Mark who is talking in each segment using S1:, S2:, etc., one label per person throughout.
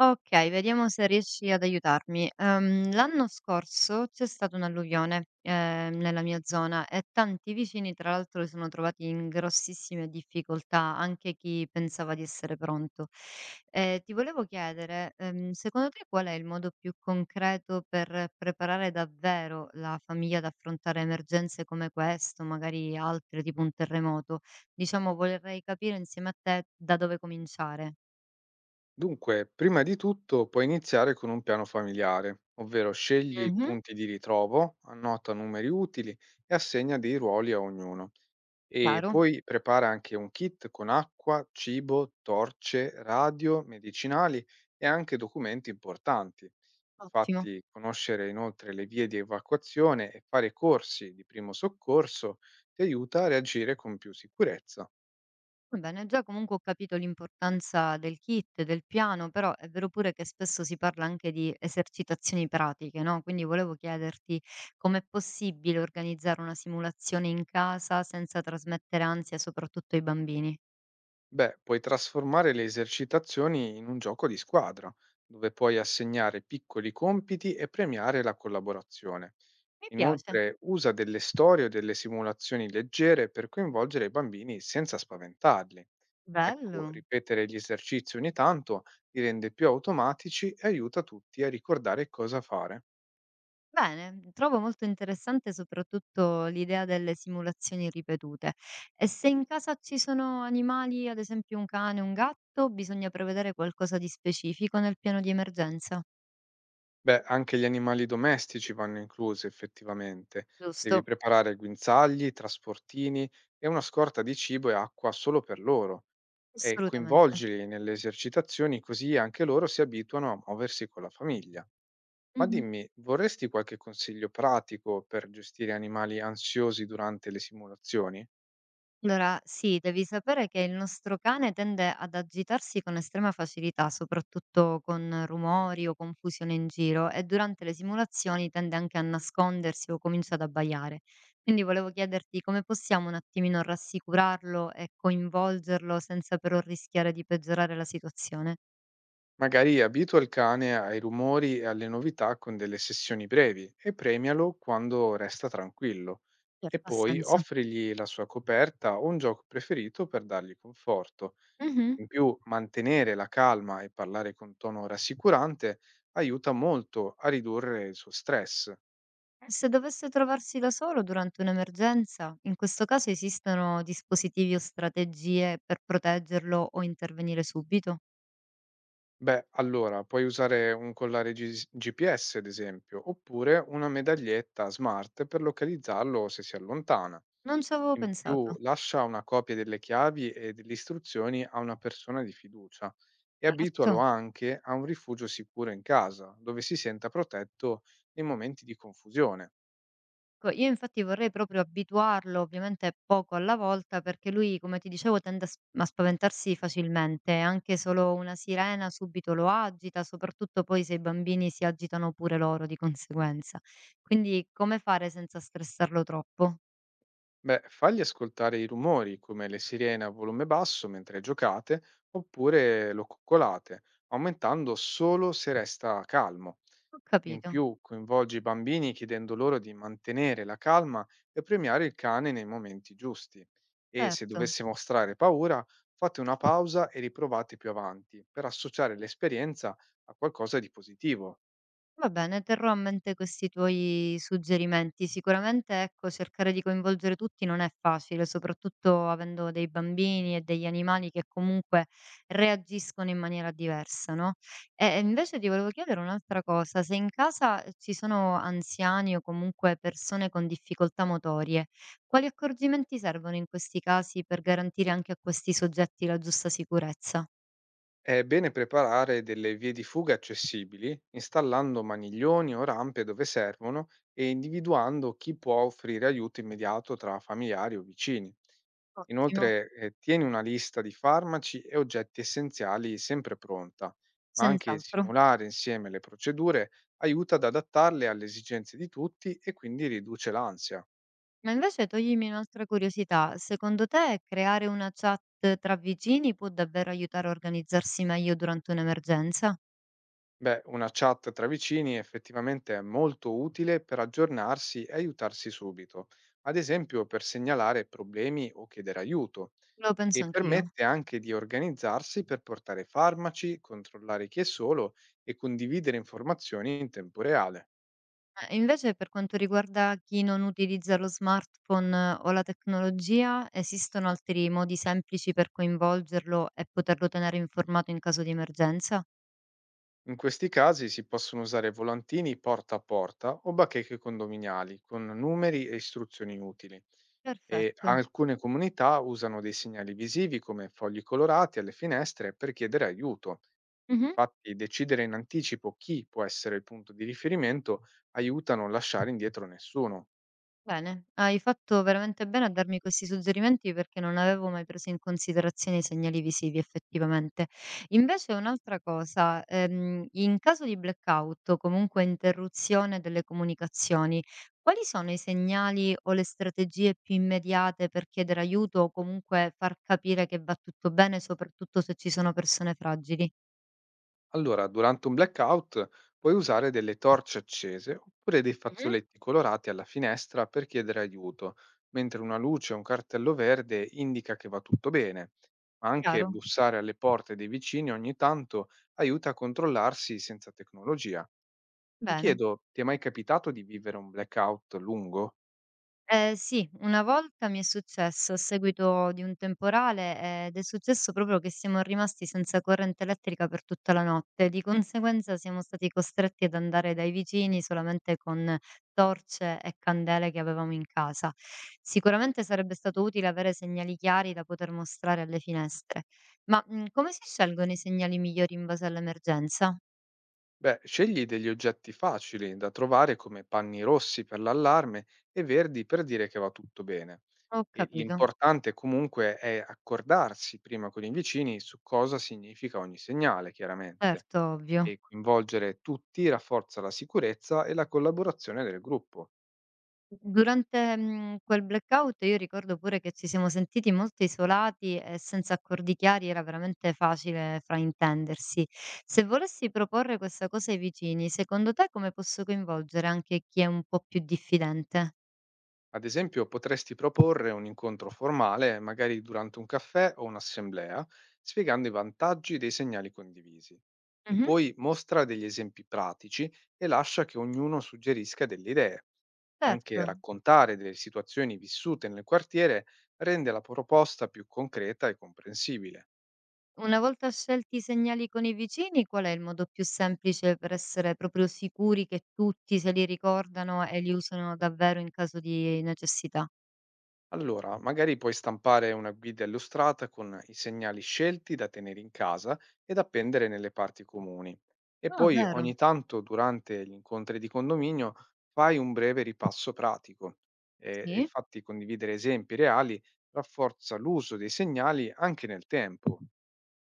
S1: Okay, vediamo se riesci ad aiutarmi. L'anno scorso c'è stata un'alluvione, nella mia zona e tanti vicini tra l'altro si sono trovati in grossissime difficoltà, anche chi pensava di essere pronto. Ti volevo chiedere, secondo te qual è il modo più concreto per preparare davvero la famiglia ad affrontare emergenze come questo, magari altre tipo un terremoto? Diciamo vorrei capire insieme a te da dove cominciare.
S2: Dunque, prima di tutto puoi iniziare con un piano familiare, ovvero scegli
S1: Mh-mh,
S2: punti di ritrovo, annota numeri utili e assegna dei ruoli a ognuno. E
S1: chiaro.
S2: poi prepara anche un kit con acqua, cibo, torce, radio, medicinali e anche documenti importanti.
S1: Ottimo.
S2: Infatti, conoscere inoltre le vie di evacuazione e fare corsi di primo soccorso ti aiuta a reagire con più sicurezza.
S1: Va bene, già comunque ho capito l'importanza del kit, del piano, però è vero pure che spesso si parla anche di esercitazioni pratiche, no? Quindi volevo chiederti com'è possibile organizzare una simulazione in casa senza trasmettere ansia soprattutto ai bambini.
S2: Beh, puoi trasformare le esercitazioni in un gioco di squadra, dove puoi assegnare piccoli compiti e premiare la collaborazione.
S1: Mi piace.
S2: Inoltre, usa delle storie o delle simulazioni leggere per coinvolgere i bambini senza spaventarli. Ecco,
S1: Bello.
S2: ripetere gli esercizi ogni tanto li rende più automatici e aiuta tutti a ricordare cosa fare.
S1: Bene, trovo molto interessante soprattutto l'idea delle simulazioni ripetute. E se in casa ci sono animali, ad esempio un cane, un gatto, bisogna prevedere qualcosa di specifico nel piano di emergenza.
S2: Beh, anche gli animali domestici vanno inclusi effettivamente. Devi
S1: Giusto,
S2: preparare guinzagli, trasportini e una scorta di cibo e acqua solo per loro e
S1: assolutamente.
S2: coinvolgili nelle esercitazioni così anche loro si abituano a muoversi con la famiglia. Ma dimmi, vorresti qualche consiglio pratico per gestire animali ansiosi durante le simulazioni?
S1: Allora, sì, devi sapere che il nostro cane tende ad agitarsi con estrema facilità, soprattutto con rumori o confusione in giro, e durante le simulazioni tende anche a nascondersi o comincia ad abbaiare. Quindi volevo chiederti come possiamo un attimino rassicurarlo e coinvolgerlo senza però rischiare di peggiorare la situazione.
S2: Magari abitua il cane ai rumori e alle novità con delle sessioni brevi e premialo quando resta tranquillo. E
S1: Certo. Ha
S2: poi
S1: senso?
S2: offrigli la sua coperta o un gioco preferito per dargli conforto.
S1: Mhm.
S2: In più, mantenere la calma e parlare con tono rassicurante aiuta molto a ridurre il suo stress.
S1: E se dovesse trovarsi da solo durante un'emergenza, in questo caso esistono dispositivi o strategie per proteggerlo o intervenire subito?
S2: Beh, allora puoi usare un collare GPS, ad esempio, oppure una medaglietta smart per localizzarlo se si allontana.
S1: Non ci avevo
S2: In più
S1: pensato.
S2: lascia una copia delle chiavi e delle istruzioni a una persona di fiducia e
S1: Certo.
S2: abitualo anche a un rifugio sicuro in casa, dove si senta protetto nei momenti di confusione.
S1: Io infatti vorrei proprio abituarlo, ovviamente poco alla volta, perché lui, come ti dicevo, tende a spaventarsi facilmente, anche solo una sirena subito lo agita, soprattutto poi se i bambini si agitano pure loro di conseguenza. Quindi come fare senza stressarlo troppo?
S2: Beh, fagli ascoltare i rumori come le sirene a volume basso mentre giocate oppure lo coccolate, aumentando solo se resta calmo.
S1: Ho
S2: In
S1: capito,
S2: più, coinvolgi i bambini chiedendo loro di mantenere la calma e premiare il cane nei momenti giusti. E se
S1: certo.
S2: dovesse mostrare paura, fate una pausa e riprovate più avanti per associare l'esperienza a qualcosa di positivo.
S1: Va bene, terrò a mente questi tuoi suggerimenti. Sicuramente, ecco, cercare di coinvolgere tutti non è facile, soprattutto avendo dei bambini e degli animali che comunque reagiscono in maniera diversa, no? E invece ti volevo chiedere un'altra cosa, se in casa ci sono anziani o comunque persone con difficoltà motorie, quali accorgimenti servono in questi casi per garantire anche a questi soggetti la giusta sicurezza?
S2: È bene preparare delle vie di fuga accessibili, installando maniglioni o rampe dove servono e individuando chi può offrire aiuto immediato tra familiari o vicini.
S1: Ottimo,
S2: Inoltre, tieni una lista di farmaci e oggetti essenziali sempre pronta, ma anche
S1: senz'altro.
S2: simulare insieme le procedure aiuta ad adattarle alle esigenze di tutti e quindi riduce l'ansia.
S1: Ma invece toglimi un'altra curiosità, secondo te creare una chat tra vicini può davvero aiutare a organizzarsi meglio durante un'emergenza?
S2: Beh, una chat tra vicini effettivamente è molto utile per aggiornarsi e aiutarsi subito, ad esempio per segnalare problemi o chiedere aiuto,
S1: Lo penso
S2: e
S1: anch'io.
S2: permette anche di organizzarsi per portare farmaci, controllare chi è solo e condividere informazioni in tempo reale.
S1: Invece per quanto riguarda chi non utilizza lo smartphone o la tecnologia, esistono altri modi semplici per coinvolgerlo e poterlo tenere informato in caso di emergenza?
S2: In questi casi si possono usare volantini porta a porta o bacheche condominiali con numeri e istruzioni utili e
S1: Perfetto.
S2: alcune comunità usano dei segnali visivi come fogli colorati alle finestre per chiedere aiuto.
S1: Mhm.
S2: Infatti decidere in anticipo chi può essere il punto di riferimento aiuta a non lasciare indietro nessuno.
S1: Bene, hai fatto veramente bene a darmi questi suggerimenti perché non avevo mai preso in considerazione i segnali visivi effettivamente. Invece un'altra cosa, in caso di blackout o comunque interruzione delle comunicazioni, quali sono i segnali o le strategie più immediate per chiedere aiuto o comunque far capire che va tutto bene, soprattutto se ci sono persone fragili?
S2: Allora, durante un blackout puoi usare delle torce accese oppure dei
S1: Mhm.
S2: fazzoletti colorati alla finestra per chiedere aiuto, mentre una luce o un cartello verde indica che va tutto bene. Ma anche
S1: Chiaro?
S2: bussare alle porte dei vicini ogni tanto aiuta a controllarsi senza tecnologia. Ti
S1: Bene.
S2: chiedo, ti è mai capitato di vivere un blackout lungo?
S1: Sì, una volta mi è successo a seguito di un temporale ed è successo proprio che siamo rimasti senza corrente elettrica per tutta la notte. Di conseguenza siamo stati costretti ad andare dai vicini solamente con torce e candele che avevamo in casa. Sicuramente sarebbe stato utile avere segnali chiari da poter mostrare alle finestre. Ma, come si scelgono i segnali migliori in base all'emergenza?
S2: Beh, scegli degli oggetti facili da trovare come panni rossi per l'allarme e verdi per dire che va tutto bene.
S1: Ho
S2: E
S1: capito.
S2: l'importante comunque è accordarsi prima con i vicini su cosa significa ogni segnale, chiaramente,
S1: Certo, ovvio.
S2: e coinvolgere tutti rafforza la sicurezza e la collaborazione del gruppo.
S1: Durante, quel blackout io ricordo pure che ci siamo sentiti molto isolati e senza accordi chiari era veramente facile fraintendersi. Se volessi proporre questa cosa ai vicini, secondo te come posso coinvolgere anche chi è un po' più diffidente?
S2: Ad esempio, potresti proporre un incontro formale, magari durante un caffè o un'assemblea, spiegando i vantaggi dei segnali condivisi. E
S1: Mh-mh,
S2: poi mostra degli esempi pratici e lascia che ognuno suggerisca delle idee. Anche
S1: certo.
S2: raccontare delle situazioni vissute nel quartiere rende la proposta più concreta e comprensibile.
S1: Una volta scelti i segnali con i vicini, qual è il modo più semplice per essere proprio sicuri che tutti se li ricordano e li usano davvero in caso di necessità?
S2: Allora, magari puoi stampare una guida illustrata con i segnali scelti da tenere in casa e da appendere nelle parti comuni. E
S1: Ah,
S2: poi
S1: vero?
S2: ogni tanto durante gli incontri di condominio fai un breve ripasso pratico. E
S1: Sì.
S2: infatti condividere esempi reali rafforza l'uso dei segnali anche nel tempo.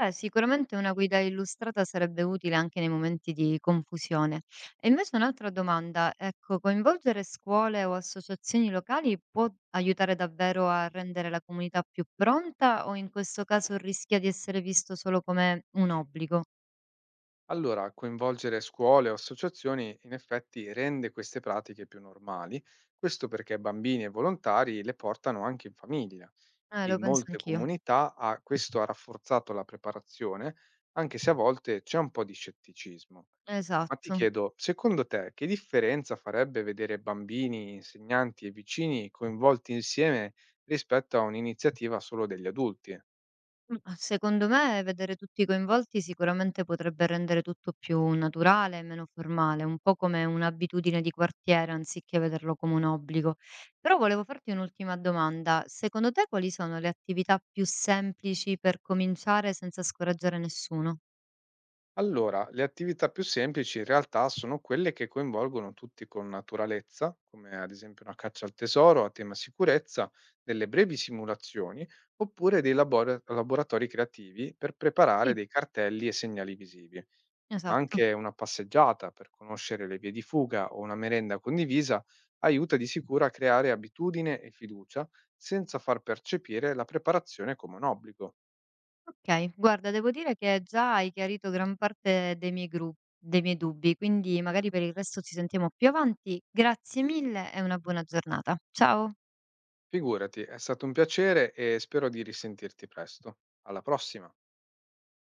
S1: Beh, sicuramente una guida illustrata sarebbe utile anche nei momenti di confusione. E invece un'altra domanda, ecco, coinvolgere scuole o associazioni locali può aiutare davvero a rendere la comunità più pronta o in questo caso rischia di essere visto solo come un obbligo?
S2: Allora, coinvolgere scuole o associazioni in effetti rende queste pratiche più normali, questo perché bambini e volontari le portano anche in famiglia. E
S1: Lo
S2: in
S1: penso
S2: molte
S1: anch'io.
S2: comunità ha rafforzato la preparazione, anche se a volte c'è un po' di scetticismo. Ma ti
S1: Esatto.
S2: chiedo, secondo te, che differenza farebbe vedere bambini, insegnanti e vicini coinvolti insieme rispetto a un'iniziativa solo degli adulti?
S1: A secondo me vedere tutti coinvolti sicuramente potrebbe rendere tutto più naturale e meno formale, un po' come un'abitudine di quartiere anziché vederlo come un obbligo. Però volevo farti un'ultima domanda: secondo te quali sono le attività più semplici per cominciare senza scoraggiare nessuno?
S2: Allora, le attività più semplici in realtà sono quelle che coinvolgono tutti con naturalezza, come ad esempio una caccia al tesoro a tema sicurezza, delle brevi simulazioni oppure dei laboratori creativi per preparare
S1: Sì,
S2: dei cartelli e segnali visivi, ma
S1: esatto.
S2: anche una passeggiata per conoscere le vie di fuga o una merenda condivisa aiuta di sicuro a creare abitudine e fiducia senza far percepire la preparazione come un obbligo.
S1: Okay, guarda devo dire che già hai chiarito gran parte dei miei gru dei miei dubbi, quindi magari per il resto ci sentiamo più avanti. Grazie mille e una buona giornata. Ciao.
S2: Figurati, è stato un piacere e spero di risentirti presto. Alla prossima.